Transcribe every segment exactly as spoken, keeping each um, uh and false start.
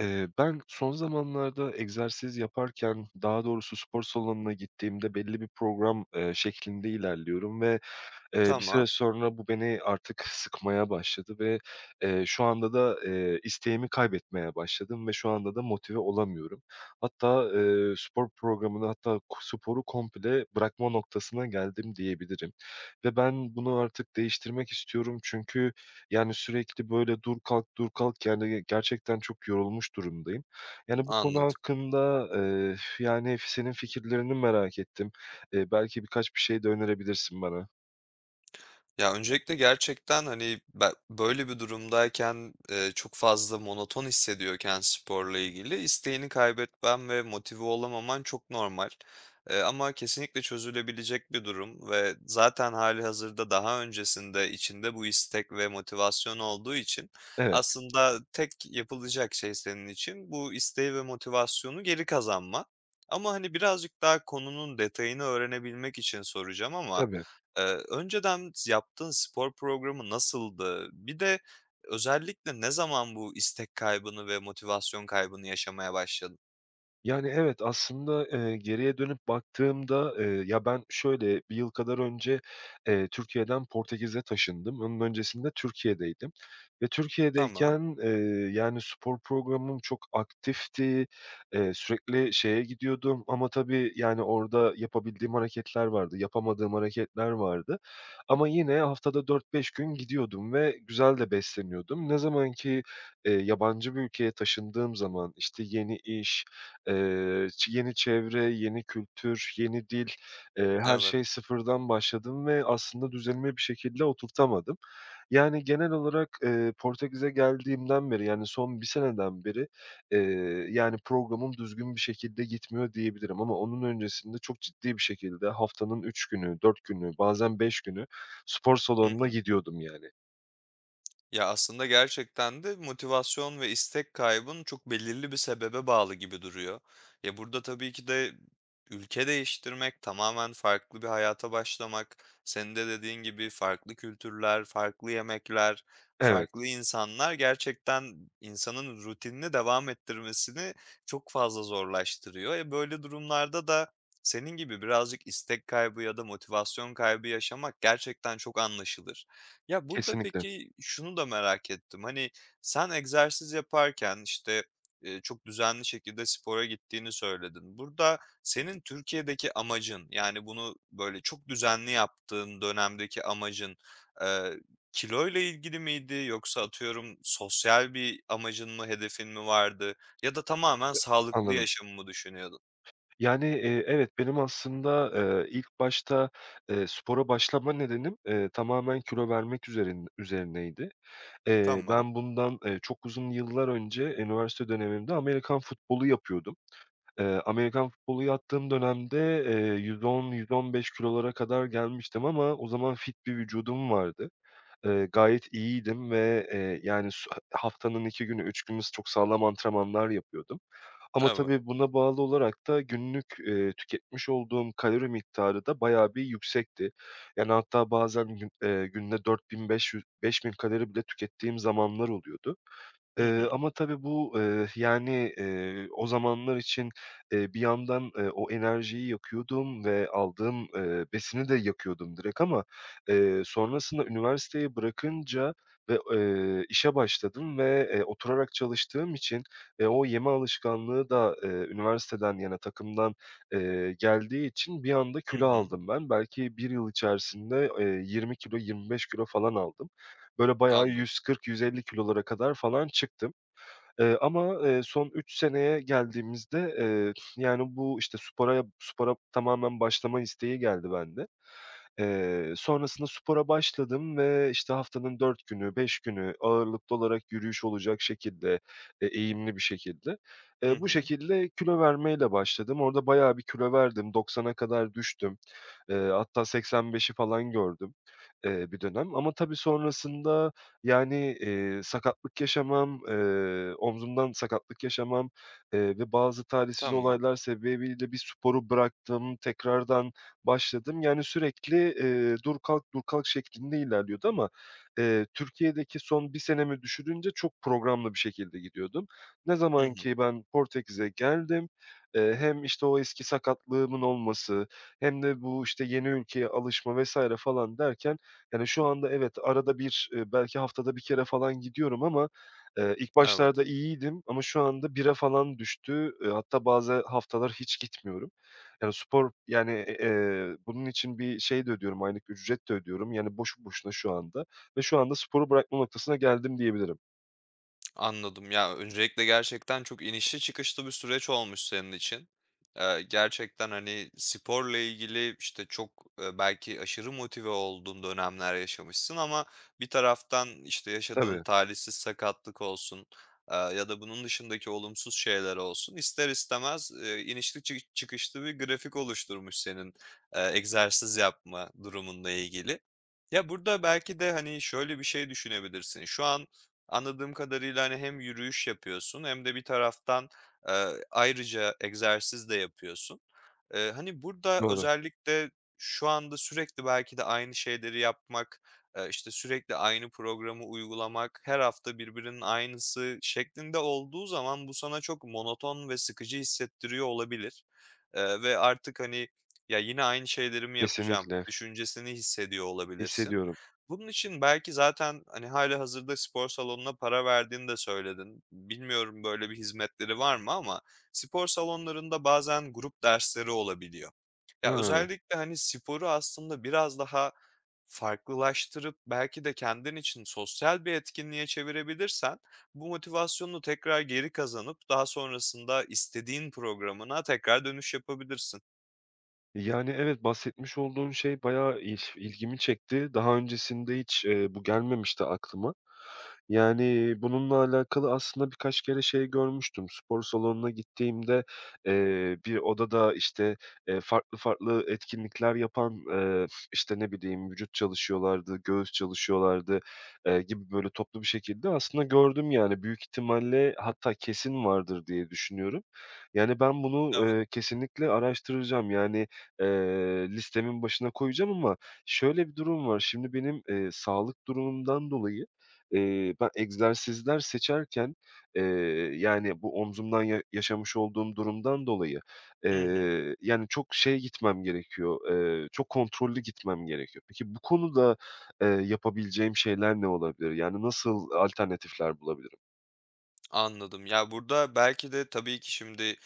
Eee, ben son zamanlarda egzersiz yaparken, daha doğrusu spor salonuna gittiğimde belli bir program, eee, şeklinde ilerliyorum ve Eee, bir süre Tamam, sonra bu beni artık sıkmaya başladı ve, eee, şu anda da, eee, isteğimi kaybetmeye başladım ve şu anda da motive olamıyorum. Hatta, eee, spor programını hatta ko sporu komple bırakma noktasına geldim diyebilirim ve ben bunu artık değiştirmek istiyorum. Çünkü, yani, sürekli böyle dur kalk, dur kalk, yani, gerçekten çok yorulmuş durumdayım. Yani, bu konu anladım. hakkında, eee, yani, senin fikirlerini merak ettim. Eee, belki birkaç bir şey de önerebilirsin bana. Ya, öncelikle gerçekten, hani, be böyle bir durumdayken, eee, çok fazla monoton hissediyorken sporla ilgili isteğini kaybetmen ve motive olamaman çok normal. Eee, ama kesinlikle çözülebilecek bir durum ve zaten hâlihazırda daha öncesinde içinde bu istek ve motivasyon olduğu için Evet. aslında tek yapılacak şey senin için bu isteği ve motivasyonu geri kazanma. Ama, hani, birazcık daha konunun detayını öğrenebilmek için soracağım ama Tabii. Eee, önceden yaptığın spor programı nasıldı? Bir de özellikle ne zaman bu istek kaybını ve motivasyon kaybını yaşamaya başladın? Yani, evet, aslında, eee, geriye dönüp baktığımda, eee, ya, ben şöyle, bir yıl kadar önce, eee, Türkiye'den Portekiz'e taşındım. Onun öncesinde Türkiye'deydim ve Tamam, Türkiye'deyken, eee, yani, spor programım çok aktifti. Eee, sürekli şeye gidiyordum ama tabii, yani, orada yapabildiğim hareketler vardı, yapamadığım hareketler vardı ama yine haftada dört beş gün gidiyordum ve güzel de besleniyordum. Ne zaman ki, eee, yabancı bir ülkeye taşındığım zaman, işte, yeni iş, Eee, ç yeni çevre, yeni kültür, yeni dil, eee, her evet. şey sıfırdan başladım ve aslında düzenimi bir şekilde oturtamadım. Yani, genel olarak, eee, Portekiz'e geldiğimden beri, yani, son bir seneden beri, eee, yani, programım düzgün bir şekilde gitmiyor diyebilirim ama onun öncesinde çok ciddi bir şekilde haftanın üç günü, dört günü, bazen beş günü spor Hı salonuna hı. gidiyordum, yani. Ya, aslında gerçekten de motivasyon ve istek kaybın çok belirli bir sebebe bağlı gibi duruyor. Ya, burada tabii ki de ülke değiştirmek, tamamen farklı bir hayata başlamak, senin de dediğin gibi farklı kültürler, farklı yemekler, Evet, farklı insanlar gerçekten insanın rutinini devam ettirmesini çok fazla zorlaştırıyor. E, böyle durumlarda da senin gibi birazcık istek kaybı ya da motivasyon kaybı yaşamak gerçekten çok anlaşılır. Ya, burada kesinlikle. peki şunu da merak ettim. Hani, sen egzersiz yaparken, işte, eee, çok düzenli şekilde spora gittiğini söyledin. Burada senin Türkiye'deki amacın, yani, bunu, böyle, çok düzenli yaptığın dönemdeki amacın, eee, kiloyla ilgili miydi yoksa atıyorum sosyal bir amacın mı, hedefin mi vardı ya da tamamen sağlıklı Anladım. yaşamı mı düşünüyordun? Yani, eee, evet, benim aslında, eee, ilk başta, eee, spora başlama nedenim, eee, tamamen kilo vermek üzerin üzerineydi. Eee, Tamam. Ben bundan, eee, çok uzun yıllar önce üniversite dönemimde Amerikan futbolu yapıyordum. Eee, Amerikan futbolu yaptığım dönemde, eee, yüz on, yüz on beş kilolara kadar gelmiştim ama o zaman fit bir vücudum vardı. Eee, gayet iyiydim ve, eee, yani su haftanın iki günü, üç günü s çok sağlam antrenmanlar yapıyordum. Ama Evet. tabii buna bağlı olarak da günlük, eee, tüketmiş olduğum kalori miktarı da bayağı bir yüksekti. Yani hatta bazen gün eee, günde dört bin beş yüz beş bin kalori bile tükettiğim zamanlar oluyordu. Hı Eee, hı. ama tabii bu, eee, yani, eee, o zamanlar için, eee, bir yandan, eee, o enerjiyi yakıyordum ve aldığım, eee, besini de yakıyordum direkt ama, eee, sonrasında üniversiteyi bırakınca ve, eee, işe başladım ve, eee, oturarak çalıştığım için, eee, o yeme alışkanlığı da, eee, üniversiteden yana takımdan, eee, geldiği için bir anda Hı kilo hı. aldım ben. Belki bir yıl içerisinde, eee, yirmi kilo, yirmi beş kilo falan aldım. Böyle bayağı Anladım. yüz kırk, yüz elli kilolara kadar falan çıktım. Eee, ama, eee, son üç seneye geldiğimizde, eee, yani, bu, işte, spora spora tamamen başlama isteği geldi bende. Eee, sonrasında spora başladım ve, işte, haftanın dört günü, beş günü ağırlıklı olarak yürüyüş olacak şekilde, eee, eğimli bir şekilde. Hı Eee, bu hı. şekilde kilo vermeyle başladım. Orada bayağı bir kilo verdim. doksana kadar düştüm. Eee, hatta seksen beşi falan gördüm, eee, bir dönem ama tabii sonrasında, yani, eee, sakatlık yaşamam, eee, omzumdan sakatlık yaşamam, eee, ve bazı talihsiz Tamam. olaylar sebebiyle bir sporu bıraktım. Tekrardan başladım. Yani sürekli, eee, dur kalk, dur kalk şeklinde ilerliyordu ama, eee, Türkiye'deki son bir senemi düşürünce çok programlı bir şekilde gidiyordum. Ne Hı zaman hı. ki ben Portekiz'e geldim, eee, hem, işte, o eski sakatlığımın olması hem de bu, işte, yeni ülkeye alışma vesaire falan derken, yani, şu anda evet, arada bir, eee, belki haftada bir kere falan gidiyorum ama, eee, ilk Evet. başlarda iyiydim ama şu anda bire falan düştü. Eee, hatta bazı haftalar hiç gitmiyorum. Yani, spor, yani, eee, bunun için bir şey de ödüyorum, aylık ücret de ödüyorum. Yani, boşu boşuna şu anda ve şu anda sporu bırakma noktasına geldim diyebilirim. Anladım. Ya, öncelikle gerçekten çok inişli çıkışlı bir süreç olmuş senin için. Eee, gerçekten, hani, sporla ilgili, işte, çok, eee, belki aşırı motive olduğun dönemler yaşamışsın ama bir taraftan, işte, yaşadığın Tabii, talihsiz sakatlık olsun, eee, ya da bunun dışındaki olumsuz şeyler olsun, ister istemez, eee, inişli çı çıkışlı bir grafik oluşturmuş senin, eee, egzersiz yapma durumunda ilgili. Ya, burada belki de, hani, şöyle bir şey düşünebilirsin. Şu an, anladığım kadarıyla, hani, hem yürüyüş yapıyorsun hem de bir taraftan, eee, ayrıca egzersiz de yapıyorsun. Eee, hani, burada doğru. özellikle şu anda sürekli belki de aynı şeyleri yapmak, eee, işte, sürekli aynı programı uygulamak, her hafta birbirinin aynısı şeklinde olduğu zaman bu sana çok monoton ve sıkıcı hissettiriyor olabilir, eee, ve artık, hani, "Ya, yine aynı şeyleri mi yapacağım?" Kesinlikle düşüncesini hissediyor olabilirsin. hissediyorum. Bunun için belki zaten, hani, hâlihazırda spor salonuna para verdiğini de söyledin. Bilmiyorum böyle bir hizmetleri var mı ama spor salonlarında bazen grup dersleri olabiliyor. Ya, Ha, özellikle, hani, sporu aslında biraz daha farklılaştırıp belki de kendin için sosyal bir etkinliğe çevirebilirsen bu motivasyonunu tekrar geri kazanıp daha sonrasında istediğin programına tekrar dönüş yapabilirsin. yani, evet, bahsetmiş olduğun şey bayağı il ilgimi çekti. Daha öncesinde hiç, eee, bu gelmemişti aklıma. Yani, bununla alakalı aslında birkaç kere şey görmüştüm. Spor salonuna gittiğimde, eee, bir odada, işte, eee, farklı farklı etkinlikler yapan, eee, işte, ne bileyim, vücut çalışıyorlardı, göğüs çalışıyorlardı, eee, gibi böyle toplu bir şekilde aslında gördüm, yani. Büyük ihtimalle hatta kesin vardır diye düşünüyorum. Yani, ben bunu, Evet. eee, kesinlikle araştıracağım. Yani, eee, listemin başına koyacağım ama şöyle bir durum var. Şimdi benim, eee, sağlık durumumdan dolayı Eee, ben egzersizler seçerken, eee, yani, bu omzumdan ya yaşamış olduğum durumdan dolayı, Hı hı. eee, yani, çok şey gitmem gerekiyor, eee, çok kontrollü gitmem gerekiyor. Peki bu konuda, eee, yapabileceğim şeyler ne olabilir? Yani, nasıl alternatifler bulabilirim? Anladım. Ya, burada belki de tabii ki şimdi,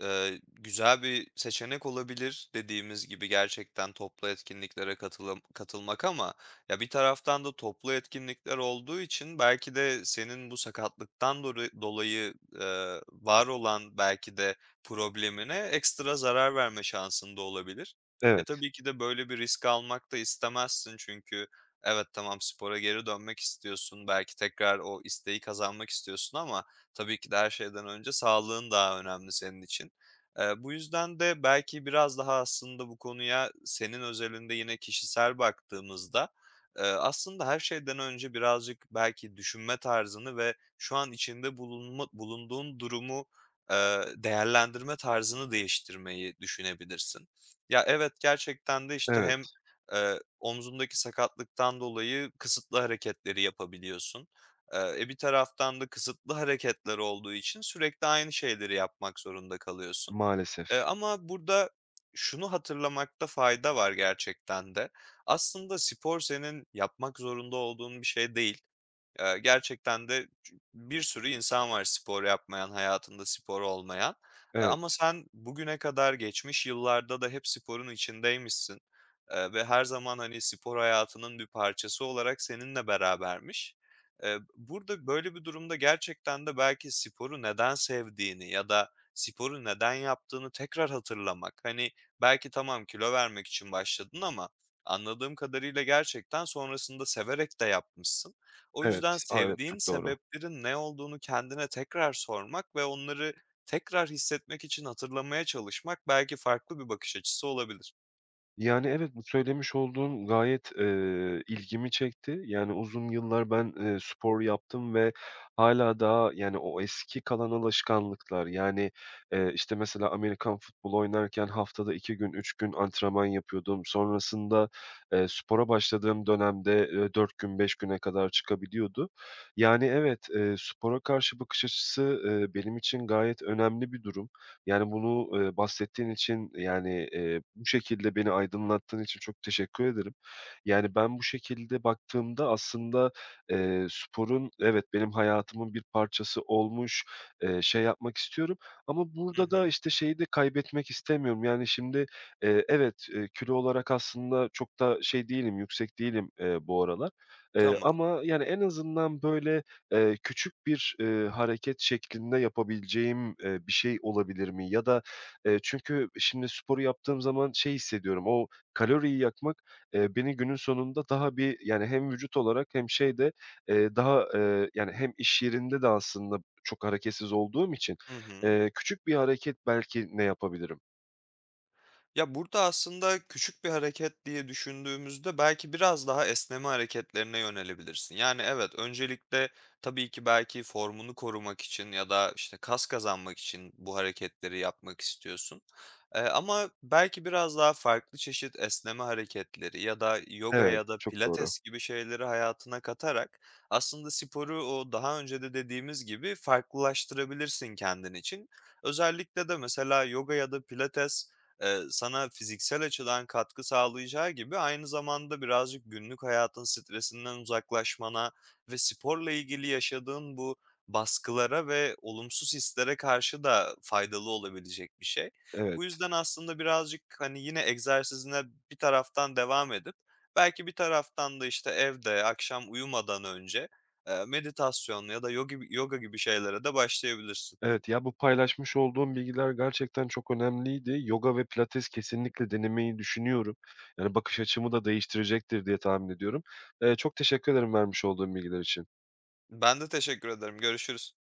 eee, güzel bir seçenek olabilir dediğimiz gibi gerçekten toplu etkinliklere katılım katılmak ama ya, bir taraftan da toplu etkinlikler olduğu için belki de senin bu sakatlıktan doru dolayı, eee, var olan belki de problemine ekstra zarar verme şansın da olabilir. E, Evet, tabii ki de böyle bir risk almak da istemezsin çünkü evet, tamam, spora geri dönmek istiyorsun, belki tekrar o isteği kazanmak istiyorsun ama tabii ki de her şeyden önce sağlığın daha önemli senin için. Eee, bu yüzden de belki biraz daha aslında bu konuya senin özelinde yine kişisel baktığımızda, eee, aslında her şeyden önce birazcık belki düşünme tarzını ve şu an içinde bulunma bulunduğun durumu, eee, değerlendirme tarzını değiştirmeyi düşünebilirsin. Ya, evet, gerçekten de, işte, evet, hem, eee, omzundaki sakatlıktan dolayı kısıtlı hareketleri yapabiliyorsun. Eee, e, bir taraftan da kısıtlı hareketler olduğu için sürekli aynı şeyleri yapmak zorunda kalıyorsun. maalesef. Eee, ama burada şunu hatırlamakta fayda var gerçekten de. Aslında spor senin yapmak zorunda olduğun bir şey değil. Eee, gerçekten de bir sürü insan var spor yapmayan, hayatında spor olmayan, eee, Evet, ama sen bugüne kadar geçmiş yıllarda da hep sporun içindeymişsin, eee, ve her zaman, hani, spor hayatının bir parçası olarak seninle berabermiş. Eee, burada böyle bir durumda gerçekten de belki sporu neden sevdiğini ya da sporu neden yaptığını tekrar hatırlamak, hani, belki tamam kilo vermek için başladın ama anladığım kadarıyla gerçekten sonrasında severek de yapmışsın. O evet. yüzden A, evet, sevdiğin çok doğru. sebeplerin ne olduğunu kendine tekrar sormak ve onları tekrar hissetmek için hatırlamaya çalışmak belki farklı bir bakış açısı olabilir. Yani, evet, bu söylemiş olduğun gayet, eee, ilgimi çekti. Yani, uzun yıllar ben, eee, spor yaptım ve hâlâ daha, yani, o eski kalan alışkanlıklar, yani, eee, işte, mesela Amerikan futbolu oynarken haftada iki gün, üç gün antrenman yapıyordum. Sonrasında, eee, spora başladığım dönemde, eee, dört gün, beş güne kadar çıkabiliyordu. Yani, evet, eee, spora karşı bakış açısı, eee, benim için gayet önemli bir durum. Yani bunu, eee, bahsettiğin için, yani, eee, bu şekilde beni aydınlattığın için çok teşekkür ederim. Yani, ben bu şekilde baktığımda aslında, eee, sporun evet, benim hayatımın bir parçası olmuş, eee, şey yapmak istiyorum ama Hı burada da, hı. işte, şeyi de kaybetmek istemiyorum. Yani, şimdi, eee, evet, eee, kilo olarak aslında çok da şey değilim, yüksek değilim, eee, bu aralar, eee, Tamam. ama, yani, en azından böyle Eee, küçük bir, eee, hareket şeklinde yapabileceğim, eee, bir şey olabilir mi? Ya da, eee, çünkü şimdi sporu yaptığım zaman şey hissediyorum, o kaloriyi yakmak, eee, beni günün sonunda daha bir yani hem vücut olarak hem şeyde, eee, daha, eee, yani hem iş yerinde de aslında çok hareketsiz olduğum için, Hı hı. eee, küçük bir hareket belki ne yapabilirim? Ya, burada aslında küçük bir hareket diye düşündüğümüzde belki biraz daha esneme hareketlerine yönelebilirsin. Yani, evet, öncelikle tabii ki belki formunu korumak için ya da, işte, kas kazanmak için bu hareketleri yapmak istiyorsun. Eee, ama belki biraz daha farklı çeşit esneme hareketleri ya da yoga Evet, ya da çok doğru. pilates gibi şeyleri hayatına katarak aslında sporu o daha önce de dediğimiz gibi farklılaştırabilirsin kendin için. Özellikle de mesela yoga ya da pilates Eee, sana fiziksel açıdan katkı sağlayacağı gibi aynı zamanda birazcık günlük hayatın stresinden uzaklaşmana ve sporla ilgili yaşadığın bu baskılara ve olumsuz hislere karşı da faydalı olabilecek bir şey. Bu Evet. yüzden aslında birazcık, hani, yine egzersizine bir taraftan devam edip belki bir taraftan da, işte, evde akşam uyumadan önce, eee, meditasyon ya da yogi yoga gibi şeylere de başlayabilirsin. Evet, ya, bu paylaşmış olduğum bilgiler gerçekten çok önemliydi. Yoga ve pilates kesinlikle denemeyi düşünüyorum. Yani, bakış açımı da değiştirecektir diye tahmin ediyorum. Eee, çok teşekkür ederim vermiş olduğum bilgiler için. Ben de teşekkür ederim. Görüşürüz.